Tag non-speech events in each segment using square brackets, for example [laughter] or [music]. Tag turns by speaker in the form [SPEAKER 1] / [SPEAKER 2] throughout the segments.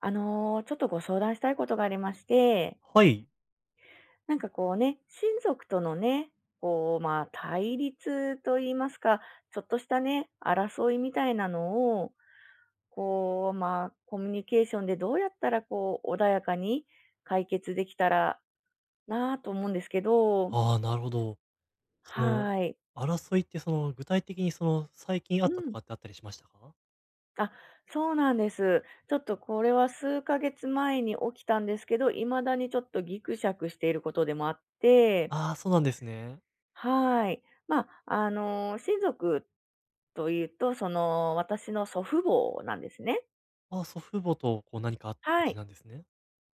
[SPEAKER 1] あの、ちょっとご相談したいことがありまして、
[SPEAKER 2] はい。
[SPEAKER 1] なんかこうね、親族とのね、こう、まあ、対立と言いますか、ちょっとしたね、争いみたいなのを、こう、まあ、コミュニケーションでどうやったらこう、穏やかに解決できたらなぁと思うんですけど、
[SPEAKER 2] ああ、なるほど。その、
[SPEAKER 1] はい。
[SPEAKER 2] 争いって具体的に最近あ
[SPEAKER 1] う
[SPEAKER 2] ったと
[SPEAKER 1] ん。
[SPEAKER 2] かってあったりしましたか？
[SPEAKER 1] あ、そうなんです。ちょっとこれは数ヶ月前に起きたんですけど、未だにちょっとギクシャクしていることでもあって、
[SPEAKER 2] ああー、そうなんですね。
[SPEAKER 1] はい。まあ、あの、親族というと、その、私の祖父母なんですね。
[SPEAKER 2] ああ、祖父母とこう何かあった感
[SPEAKER 1] は
[SPEAKER 2] じ
[SPEAKER 1] い。
[SPEAKER 2] なんですね。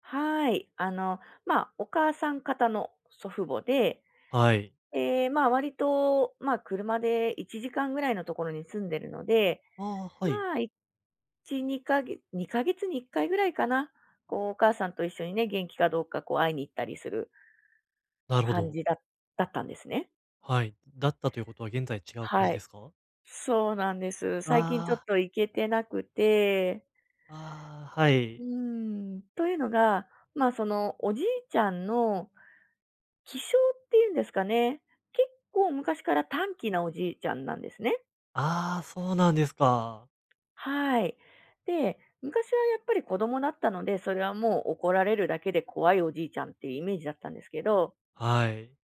[SPEAKER 1] はい。あの、まあ、お母さん方の祖父母で、
[SPEAKER 2] はい。
[SPEAKER 1] で、まあ、割と、まあ、車で1時間ぐらいのところに住んでるので、
[SPEAKER 2] ああ、はい。
[SPEAKER 1] まあ、1、2ヶ月、2ヶ月に1回ぐらいかな、こう、お母さんと一緒にね、元気かどうか、こう、会いに行ったりする
[SPEAKER 2] なるほ
[SPEAKER 1] 感
[SPEAKER 2] ど。
[SPEAKER 1] じだだったんですね。
[SPEAKER 2] はい。だったということは現在違う感
[SPEAKER 1] は
[SPEAKER 2] じで
[SPEAKER 1] い。
[SPEAKER 2] すか？
[SPEAKER 1] そうなんです。最近ちょっ
[SPEAKER 2] ああ、
[SPEAKER 1] と行けてなくて、
[SPEAKER 2] ああ、は
[SPEAKER 1] う
[SPEAKER 2] い。
[SPEAKER 1] ーん。というのが、まあ、その、おじいちゃんの気性っていうんですかね、結構昔から短気なおじいちゃんなんですね。
[SPEAKER 2] ああ、そうなんですか。
[SPEAKER 1] はい。で、昔はやっぱり子供だったので、それはもう怒られるだけで怖いおじいちゃんっていうイメージだったんですけど、
[SPEAKER 2] はい。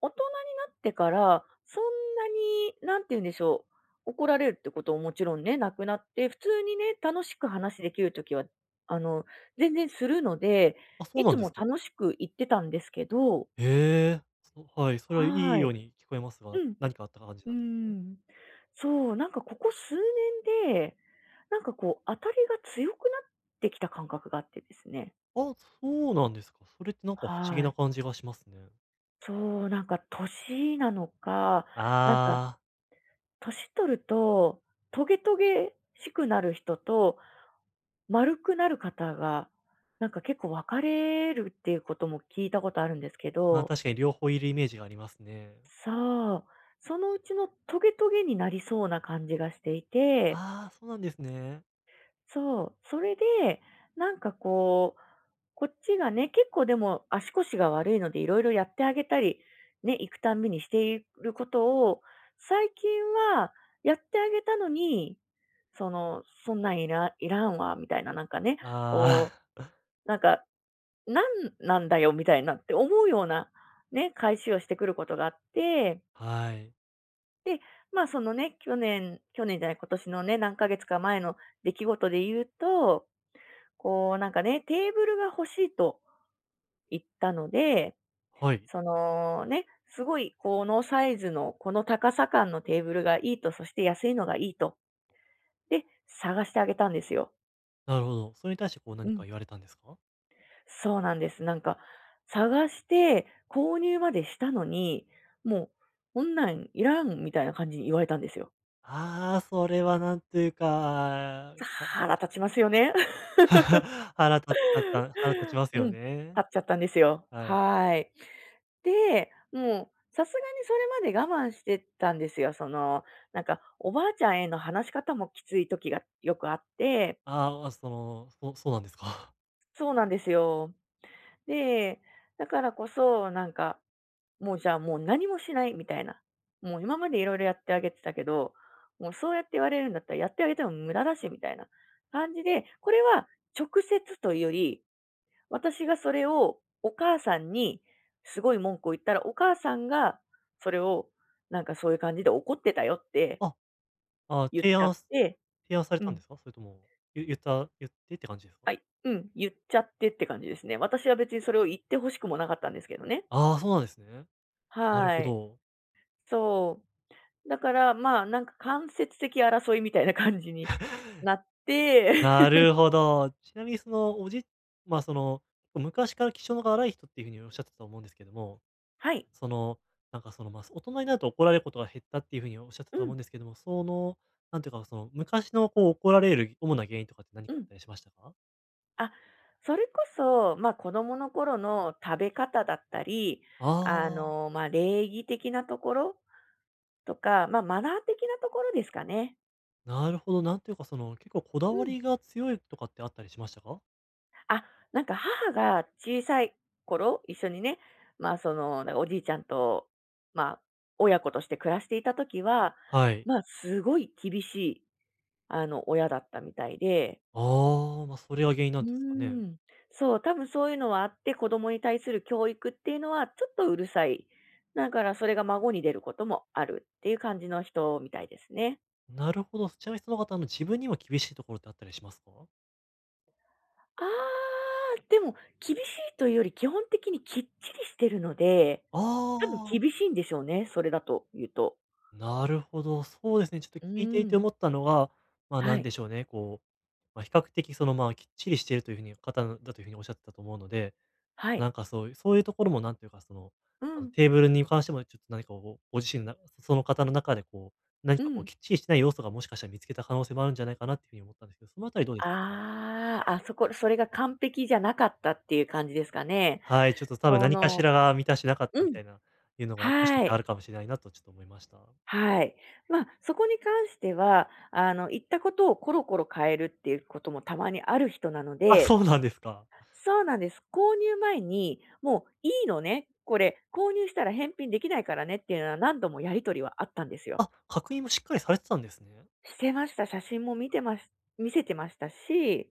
[SPEAKER 1] 大人になってから、そんなに、なんて言うんでしょう、怒られるってことももちろんね、なくなって、普通にね、楽しく話できるときは、あの、全然するので、
[SPEAKER 2] あ、そう
[SPEAKER 1] い
[SPEAKER 2] な
[SPEAKER 1] つ
[SPEAKER 2] んで
[SPEAKER 1] も
[SPEAKER 2] すか。
[SPEAKER 1] 楽しく行ってたんですけど、
[SPEAKER 2] へえ。はい、それはいい
[SPEAKER 1] は
[SPEAKER 2] よう
[SPEAKER 1] い。
[SPEAKER 2] に聞こえます
[SPEAKER 1] う
[SPEAKER 2] が、
[SPEAKER 1] ん。
[SPEAKER 2] 何かあった感じ
[SPEAKER 1] うー
[SPEAKER 2] なんですね？
[SPEAKER 1] ん。そう、なんかここ数年で、なんかこう当たりが強くなってきた感覚があってですね。
[SPEAKER 2] あ、そうなんですか。それってなんか不思議
[SPEAKER 1] は
[SPEAKER 2] な
[SPEAKER 1] い。
[SPEAKER 2] 感じがしますね。
[SPEAKER 1] そう、なんか年なのか、なんか
[SPEAKER 2] ああ、
[SPEAKER 1] 年取ると、トゲトゲしくなる人と、丸くなる方が、なんか結構分かれるっていうことも聞いたことあるんですけ
[SPEAKER 2] まあ、
[SPEAKER 1] ど、
[SPEAKER 2] 確かに両方いるイメージがありますね。
[SPEAKER 1] そう、そのうちのトゲトゲになりそうな感じがしていて、
[SPEAKER 2] ああ、そうなんですね。
[SPEAKER 1] そう、それで、なんかこうこっちがね、結構でも足腰が悪いので、いろいろやってあげたり、ね、行くたんびにしていることを、最近はやってあげたのに、その、そんなんいらいらんわみたいな、なんかね、こ
[SPEAKER 2] あ
[SPEAKER 1] う、なんか、なんなんだよみたいなって思うような、ね、返しをしてくることがあって、
[SPEAKER 2] あ、[laughs] はい。
[SPEAKER 1] で、まあ、そのね、去年、去年じゃない、今年のね、何ヶ月か前の出来事で言うと、こうなんかね、テーブルが欲しいと言ったので、
[SPEAKER 2] はい。
[SPEAKER 1] そのね、すごいこのサイズの、この高さ感のテーブルがいいと、そして安いのがいいと。で、探してあげたんですよ。
[SPEAKER 2] なるほど。それに対してこう
[SPEAKER 1] う
[SPEAKER 2] 何か
[SPEAKER 1] ん。
[SPEAKER 2] 言われたんですか？
[SPEAKER 1] そうなんです。なんか、探して購入までしたのに、もう、こんなんいらんみたいな感じに言われたんですよ。
[SPEAKER 2] ああー、それはなんというか、は
[SPEAKER 1] 腹立ちますよね。
[SPEAKER 2] [laughs] 腹立っちゃった腹立ちます
[SPEAKER 1] う
[SPEAKER 2] よ
[SPEAKER 1] ん、
[SPEAKER 2] ね。
[SPEAKER 1] 買っちゃったんですよ。
[SPEAKER 2] はい。
[SPEAKER 1] はい。で、もうさすがにそれまで我慢してたんですよ。その、なんかおばあちゃんへの話し方もきつい時がよくあって、
[SPEAKER 2] ああ、あ、そうなんですか。[laughs]
[SPEAKER 1] そうなんですよ。で、だからこそ、なんか、もうじゃあもう何もしないみたいな。もう今までいろいろやってあげてたけど、もうそうやって言われるんだったらやってあげても無駄だしみたいな感じで、これは直接というより私がそれをお母さんにすごい文句を言ったら、お母さんがそれをなんかそういう感じで怒ってたよって
[SPEAKER 2] あ、ああー、
[SPEAKER 1] 言っちゃって、
[SPEAKER 2] 提案され
[SPEAKER 1] う
[SPEAKER 2] たん
[SPEAKER 1] ん、
[SPEAKER 2] ですか？それとも、言言っ言ってって感じですか？
[SPEAKER 1] はい、うん、言っちゃってって感じですね。私は別にそれを言って欲しくもなかったんですけどね。
[SPEAKER 2] ああー、そうなんですね。なる
[SPEAKER 1] は
[SPEAKER 2] ほ
[SPEAKER 1] い。
[SPEAKER 2] ど。
[SPEAKER 1] そう。だから、まあ、なんか間接的争いみたいな感じになって、
[SPEAKER 2] なる
[SPEAKER 1] [laughs]
[SPEAKER 2] ほど。ちなみにその、おじまあ、その、昔から気性の荒い人っていうふうにおっしゃってたと思うんですけども、
[SPEAKER 1] はい。
[SPEAKER 2] その、大人になると怒られることが減ったっていうふうにおっしゃって
[SPEAKER 1] う
[SPEAKER 2] たと思う
[SPEAKER 1] ん。
[SPEAKER 2] んですけども、その、なんていうか、その、昔のこう怒られる主な原因とかって何
[SPEAKER 1] う
[SPEAKER 2] かあっ
[SPEAKER 1] ん。
[SPEAKER 2] たりしましたか？
[SPEAKER 1] あ、それこそ、ま、子供の頃の食べ方だったり、あ
[SPEAKER 2] ああー、
[SPEAKER 1] の、ま、礼儀的なところとか、ま、マナー的なところですかね。
[SPEAKER 2] なるほど。なんていうか、結構こだ
[SPEAKER 1] う
[SPEAKER 2] わ
[SPEAKER 1] ん。
[SPEAKER 2] りが強いとかってあったりしましたか？
[SPEAKER 1] あ、なんか母が小さい頃、一緒にね、ま、その、なんかおじいちゃんと、ま、親子として暮らしていた時は、
[SPEAKER 2] はい。
[SPEAKER 1] ま、すごい厳しい、あの、親だったみたいで、
[SPEAKER 2] ああ、ま、あそれが原因な
[SPEAKER 1] う
[SPEAKER 2] んですかね。
[SPEAKER 1] ーん。そう、多分そういうのはあって、子供に対する教育っていうのはちょっとうるさい。だからそれが孫に出ることもあるっていう感じの人みたいですね。
[SPEAKER 2] なるほど。ちなみにその方、自分にも厳しいところってあったりしますか？
[SPEAKER 1] ああ、でも厳しいというより基本的にきっちりしてるので、
[SPEAKER 2] あ
[SPEAKER 1] 多分
[SPEAKER 2] あー。
[SPEAKER 1] 厳しいんでしょうね、それだと言うと。
[SPEAKER 2] なるほど、そうですね、ちょっと聞
[SPEAKER 1] う
[SPEAKER 2] いて
[SPEAKER 1] ー
[SPEAKER 2] い
[SPEAKER 1] ん。
[SPEAKER 2] て思ったのが、まあ、
[SPEAKER 1] は
[SPEAKER 2] なん
[SPEAKER 1] い。
[SPEAKER 2] でしょうね、こう、まあ、比較的きっちりしているという風に方だという風におっしゃってたと思うので、
[SPEAKER 1] はい。
[SPEAKER 2] なんかそういうところもなんていうか、
[SPEAKER 1] うん。
[SPEAKER 2] テーブルに関してもちょっと何かこう、ご自身なその方の中でこう、何
[SPEAKER 1] う
[SPEAKER 2] かこう
[SPEAKER 1] ん。
[SPEAKER 2] きっちりしてない要素がもしかしたら見つけた可能性もあるんじゃないかなっていう風に思ったんですけど、そのあたりどうでしょうか？
[SPEAKER 1] ああ、あ、それが完璧じゃなかったっていう感じですかね。
[SPEAKER 2] はい、ちょっと多分
[SPEAKER 1] そ
[SPEAKER 2] 何かし
[SPEAKER 1] の
[SPEAKER 2] らが満たしてなかっ
[SPEAKER 1] う
[SPEAKER 2] たみ
[SPEAKER 1] ん、
[SPEAKER 2] たいな、いうのがもしかし
[SPEAKER 1] は
[SPEAKER 2] たらあ
[SPEAKER 1] い。
[SPEAKER 2] るかもしれないなとちょっと思いました。
[SPEAKER 1] はい。まあ、そこに関しては、あの、行ったことをコロコロ変えるっていうこともたまにある人なの
[SPEAKER 2] あ、
[SPEAKER 1] で、
[SPEAKER 2] そうなんですか。
[SPEAKER 1] そうなんです。購入前に、もう、いいのね、これ、購入したら返品できないからねっていうのは何度もやり取りはあったんですよ。
[SPEAKER 2] あ、確認もしっかりされてたんですね。
[SPEAKER 1] してました。写真も見せてましたし、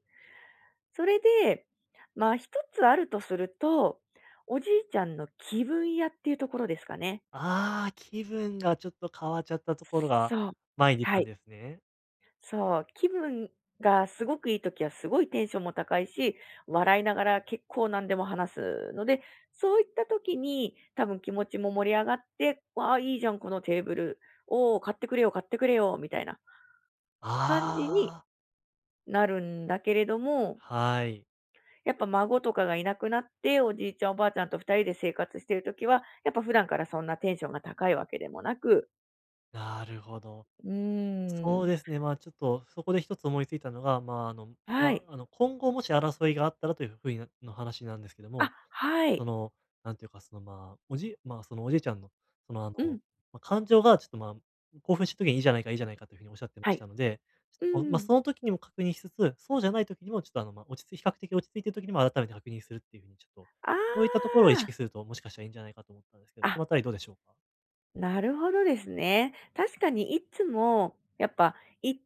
[SPEAKER 1] それで、まあ、一つあるとすると、おじいちゃんの気分屋っていうところですかね。
[SPEAKER 2] ああ、気分がちょっと変わっちゃったところが
[SPEAKER 1] そう。
[SPEAKER 2] 前に出
[SPEAKER 1] は
[SPEAKER 2] たん
[SPEAKER 1] い。
[SPEAKER 2] ですね。
[SPEAKER 1] そう、気分がすごくいい時はすごいテンションも高いし、笑いながら結構何でも話すので、そういった時に多分気持ちも盛り上がって、わあ、いいじゃん、このテーブル。おお、買ってくれよ、買ってくれよ、みたいな感じに
[SPEAKER 2] ああ、
[SPEAKER 1] なるんだけれども、
[SPEAKER 2] はい。
[SPEAKER 1] やっぱ孫とかがいなくなって、おじいちゃんおばあちゃんと二人で生活している時は、やっぱ普段からそんなテンションが高いわけでもなく、
[SPEAKER 2] なるほど。
[SPEAKER 1] うー
[SPEAKER 2] そう
[SPEAKER 1] ん、
[SPEAKER 2] ですね、まあ、ちょっとそこで一つ思いついたのが、まあ、
[SPEAKER 1] はい。
[SPEAKER 2] 今後もし争いがあったらという風なの話なんですけど
[SPEAKER 1] あ、
[SPEAKER 2] も
[SPEAKER 1] は
[SPEAKER 2] そ
[SPEAKER 1] い。
[SPEAKER 2] の、なんていうか、おじいちゃんの、その、あ
[SPEAKER 1] う
[SPEAKER 2] の、
[SPEAKER 1] ん、
[SPEAKER 2] まあ、感情がちょっと、まあ、興奮した時にいいじゃないかいいじゃないかというふうにおっしゃってま
[SPEAKER 1] は
[SPEAKER 2] し
[SPEAKER 1] い。
[SPEAKER 2] たので、ちょっ
[SPEAKER 1] う
[SPEAKER 2] と
[SPEAKER 1] ん
[SPEAKER 2] こう、
[SPEAKER 1] う
[SPEAKER 2] まあ、
[SPEAKER 1] ん、
[SPEAKER 2] その時にも確認しつつ、そうじゃない時にもちょっと、まあ、落ち着い比較的落ち着いている時にも改めて確認するっていうふうにちょっと、
[SPEAKER 1] あ
[SPEAKER 2] そういったところを意識
[SPEAKER 1] あ、
[SPEAKER 2] すると、もしかしたらいいんじゃないかと思ったんですけど、そ
[SPEAKER 1] あ、
[SPEAKER 2] のあたりどうでしょうか？
[SPEAKER 1] なるほどですね。確かにいつも、やっぱ行っ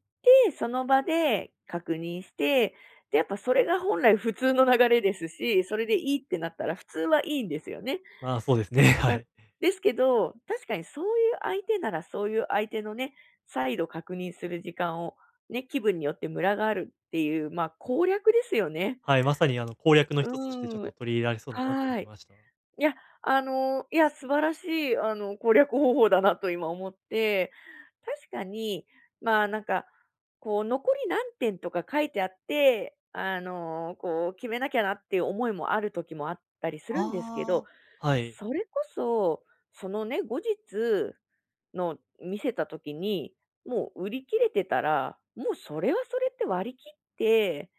[SPEAKER 1] て、その場で確認して、で、やっぱそれが本来普通の流れですし、それでいいってなったら普通はいいんですよね。
[SPEAKER 2] [laughs] まあ、そうですね、[laughs]
[SPEAKER 1] だか
[SPEAKER 2] は
[SPEAKER 1] ら
[SPEAKER 2] い。
[SPEAKER 1] ですけど、確かにそういう相手ならそういう相手のね、再度確認する時間を、ね、気分によってムラがあるっていう、まあ、攻略ですよね。
[SPEAKER 2] はい、まさに、攻略の
[SPEAKER 1] う
[SPEAKER 2] 一つとしてちょっ
[SPEAKER 1] ー
[SPEAKER 2] と
[SPEAKER 1] ん、
[SPEAKER 2] 取り入れられそうだなと思
[SPEAKER 1] は
[SPEAKER 2] い
[SPEAKER 1] い。
[SPEAKER 2] ました。
[SPEAKER 1] いや、あの、いや、素晴らしい、あの、攻略方法だなと今思って、確かに、まあ、なんか、こう、残り何点とか書いてあって、あの、こう、決めなきゃなっていう思いもある時もあったりするんですけど、
[SPEAKER 2] ああ、はい。
[SPEAKER 1] それこそ、そのね、後日の見せた時に、もう売り切れてたら、もうそれはそれって割り切って、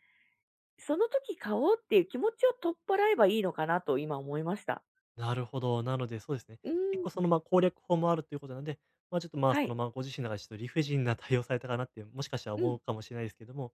[SPEAKER 1] その時買おうっていう気持ちを取っ払えばいいのかなと今思いました。
[SPEAKER 2] なるほど。なので、そうですね。
[SPEAKER 1] う
[SPEAKER 2] 結構そ
[SPEAKER 1] ん。
[SPEAKER 2] の、ま、攻略法もあるということなんで、ま、ちょっと、ま、
[SPEAKER 1] は
[SPEAKER 2] そ
[SPEAKER 1] い。
[SPEAKER 2] の、ま、ご自身の中でちょっと理不尽な対応されたかなって、もしかしたら
[SPEAKER 1] う
[SPEAKER 2] 思う
[SPEAKER 1] ん。
[SPEAKER 2] かもしれないですけども、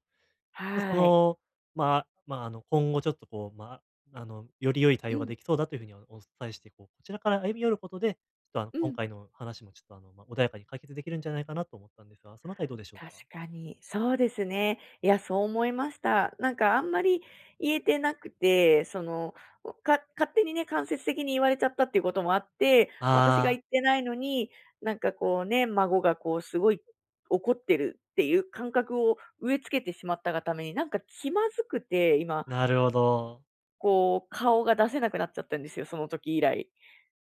[SPEAKER 2] でも
[SPEAKER 1] はい。
[SPEAKER 2] まあ、今後ちょっとこう、まあ、より良い対
[SPEAKER 1] う
[SPEAKER 2] 応が
[SPEAKER 1] ん。
[SPEAKER 2] できそうだというふうにお伝えして、こう、こちらから歩み寄ることで、ちょっと、
[SPEAKER 1] う
[SPEAKER 2] 今
[SPEAKER 1] ん。
[SPEAKER 2] 回の話もちょっと、まあ、穏やかに解決できるんじゃないかなと思ったんですが、そのあたりどうでしょう
[SPEAKER 1] 確
[SPEAKER 2] か？
[SPEAKER 1] かに。そうですね。いや、そう思いました。なんかあんまり言えてなくて、その、か勝手にね、間接的に言われちゃったっていうこともあって、私が言
[SPEAKER 2] ああ
[SPEAKER 1] ってないのに、なんかこうね、孫がこうすごい怒ってるっていう感覚を植え付けてしまったがために、なんか気まずくて、今、
[SPEAKER 2] ー、なるほど。
[SPEAKER 1] こう顔が出せなくなっちゃったんですよ、その時以来。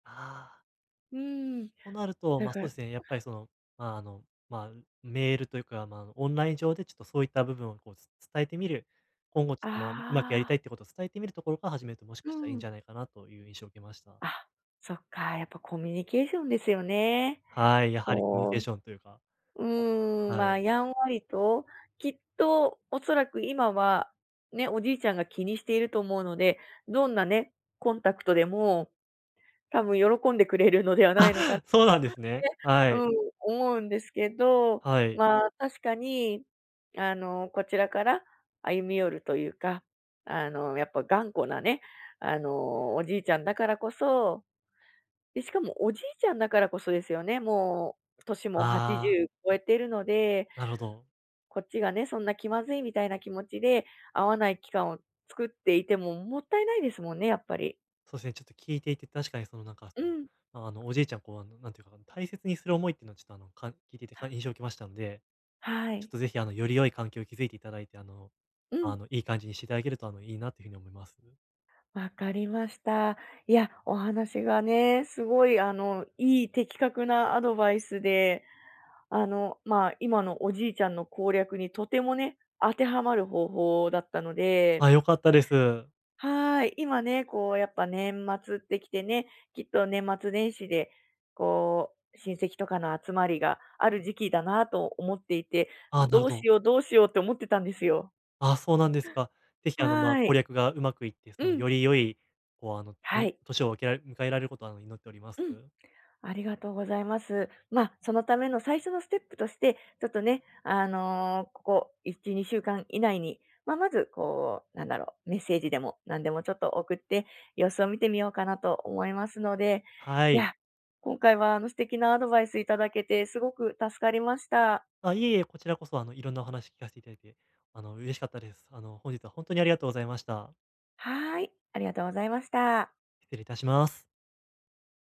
[SPEAKER 2] ああ。
[SPEAKER 1] うん。
[SPEAKER 2] となると、
[SPEAKER 1] だ
[SPEAKER 2] まあ、
[SPEAKER 1] か
[SPEAKER 2] そう
[SPEAKER 1] ら、
[SPEAKER 2] ですね、やっぱりまあ、まあ、メールというか、まあ、あのオンライン上でちょっとそういった部分をこうつ伝えてみる、今後ちょ
[SPEAKER 1] あ
[SPEAKER 2] っと、まあ、うまくやりたい
[SPEAKER 1] あ。
[SPEAKER 2] ってことを伝えてみるところから始めると、もし
[SPEAKER 1] う
[SPEAKER 2] かしたらいいん
[SPEAKER 1] ん。
[SPEAKER 2] じゃないかなという印象を受けました。
[SPEAKER 1] あ、そっか、やっぱコミュニケーションですよね。
[SPEAKER 2] はい、やはりコミュニケー
[SPEAKER 1] こ
[SPEAKER 2] ションというか、
[SPEAKER 1] う、うーん、
[SPEAKER 2] は
[SPEAKER 1] まあ、
[SPEAKER 2] い。
[SPEAKER 1] やんわりと、きっとおそらく今は、ね、おじいちゃんが気にしていると思うので、どんなね、コンタクトでも多分喜んでくれるのではないのかなっ
[SPEAKER 2] [laughs]
[SPEAKER 1] て、
[SPEAKER 2] そうなんですね。は
[SPEAKER 1] う
[SPEAKER 2] い、
[SPEAKER 1] ん、思うんですけど、
[SPEAKER 2] はい。
[SPEAKER 1] まあ、確かに、あの、こちらから歩み寄るというか、あの、やっぱ頑固なね、あの、おじいちゃんだからこそで、しかもおじいちゃんだからこそですよね、もう年も
[SPEAKER 2] ああ、
[SPEAKER 1] 80超えてるので、
[SPEAKER 2] なるほど。
[SPEAKER 1] こっちがね、そんな気まずいみたいな気持ちで、会わない期間を作っていてももったいないですもんね、やっぱり。
[SPEAKER 2] そうですね、ちょっと聞いていて、確かにそのなんか、
[SPEAKER 1] うん。
[SPEAKER 2] おじいちゃん、こう、なんていうか、大切にする思いっていうのは、ちょっとあの、聞いていて印象
[SPEAKER 1] は
[SPEAKER 2] を受けましたので、
[SPEAKER 1] は
[SPEAKER 2] ちょ
[SPEAKER 1] い。
[SPEAKER 2] っとぜひ、より良い環境を築いていただいて、あの
[SPEAKER 1] うん。
[SPEAKER 2] あの、いい感じにしていただけると、あの、いいなというふうに思います。
[SPEAKER 1] わかりました。いや、お話がね、すごいあの、いい的確なアドバイスで、あの、まあ、今のおじいちゃんの攻略にとてもね、当てはまる方法だったので、
[SPEAKER 2] あ、良かったです。
[SPEAKER 1] はーい。今ね、こうやっぱ年末ってきてね、きっと年末年始で、こう、親戚とかの集まりがある時期だなと思っていて、
[SPEAKER 2] あなるほ
[SPEAKER 1] どうし
[SPEAKER 2] ど。
[SPEAKER 1] ようどうしようって思ってたんですよ。
[SPEAKER 2] あ、そうなんですか。ぜひ、まあ、
[SPEAKER 1] はー
[SPEAKER 2] 攻
[SPEAKER 1] い。
[SPEAKER 2] 略がうまくいって、
[SPEAKER 1] うん。
[SPEAKER 2] より良い、こう、あの、
[SPEAKER 1] は
[SPEAKER 2] ね、
[SPEAKER 1] い。
[SPEAKER 2] 年を分けられ迎えられることを、あの、祈っておりま
[SPEAKER 1] う
[SPEAKER 2] す。
[SPEAKER 1] ん。ありがとうございます。まあ、そのための最初のステップとして、ちょっとね、あの、ここ1、2週間以内に、まあ、まずこう、なんだろう、メッセージでも何でもちょっと送って、様子を見てみようかなと思いますので、
[SPEAKER 2] は
[SPEAKER 1] い
[SPEAKER 2] い。
[SPEAKER 1] や、今回はあの素敵なアドバイスいただけてすごく助かりました。
[SPEAKER 2] あ、いえいえ、こちらこそ、いろんなお話聞かせていただいて、嬉しかったです。あの、本日は本当にありがとうございました。
[SPEAKER 1] はーい、ありがとうございました。
[SPEAKER 2] 失礼いたします。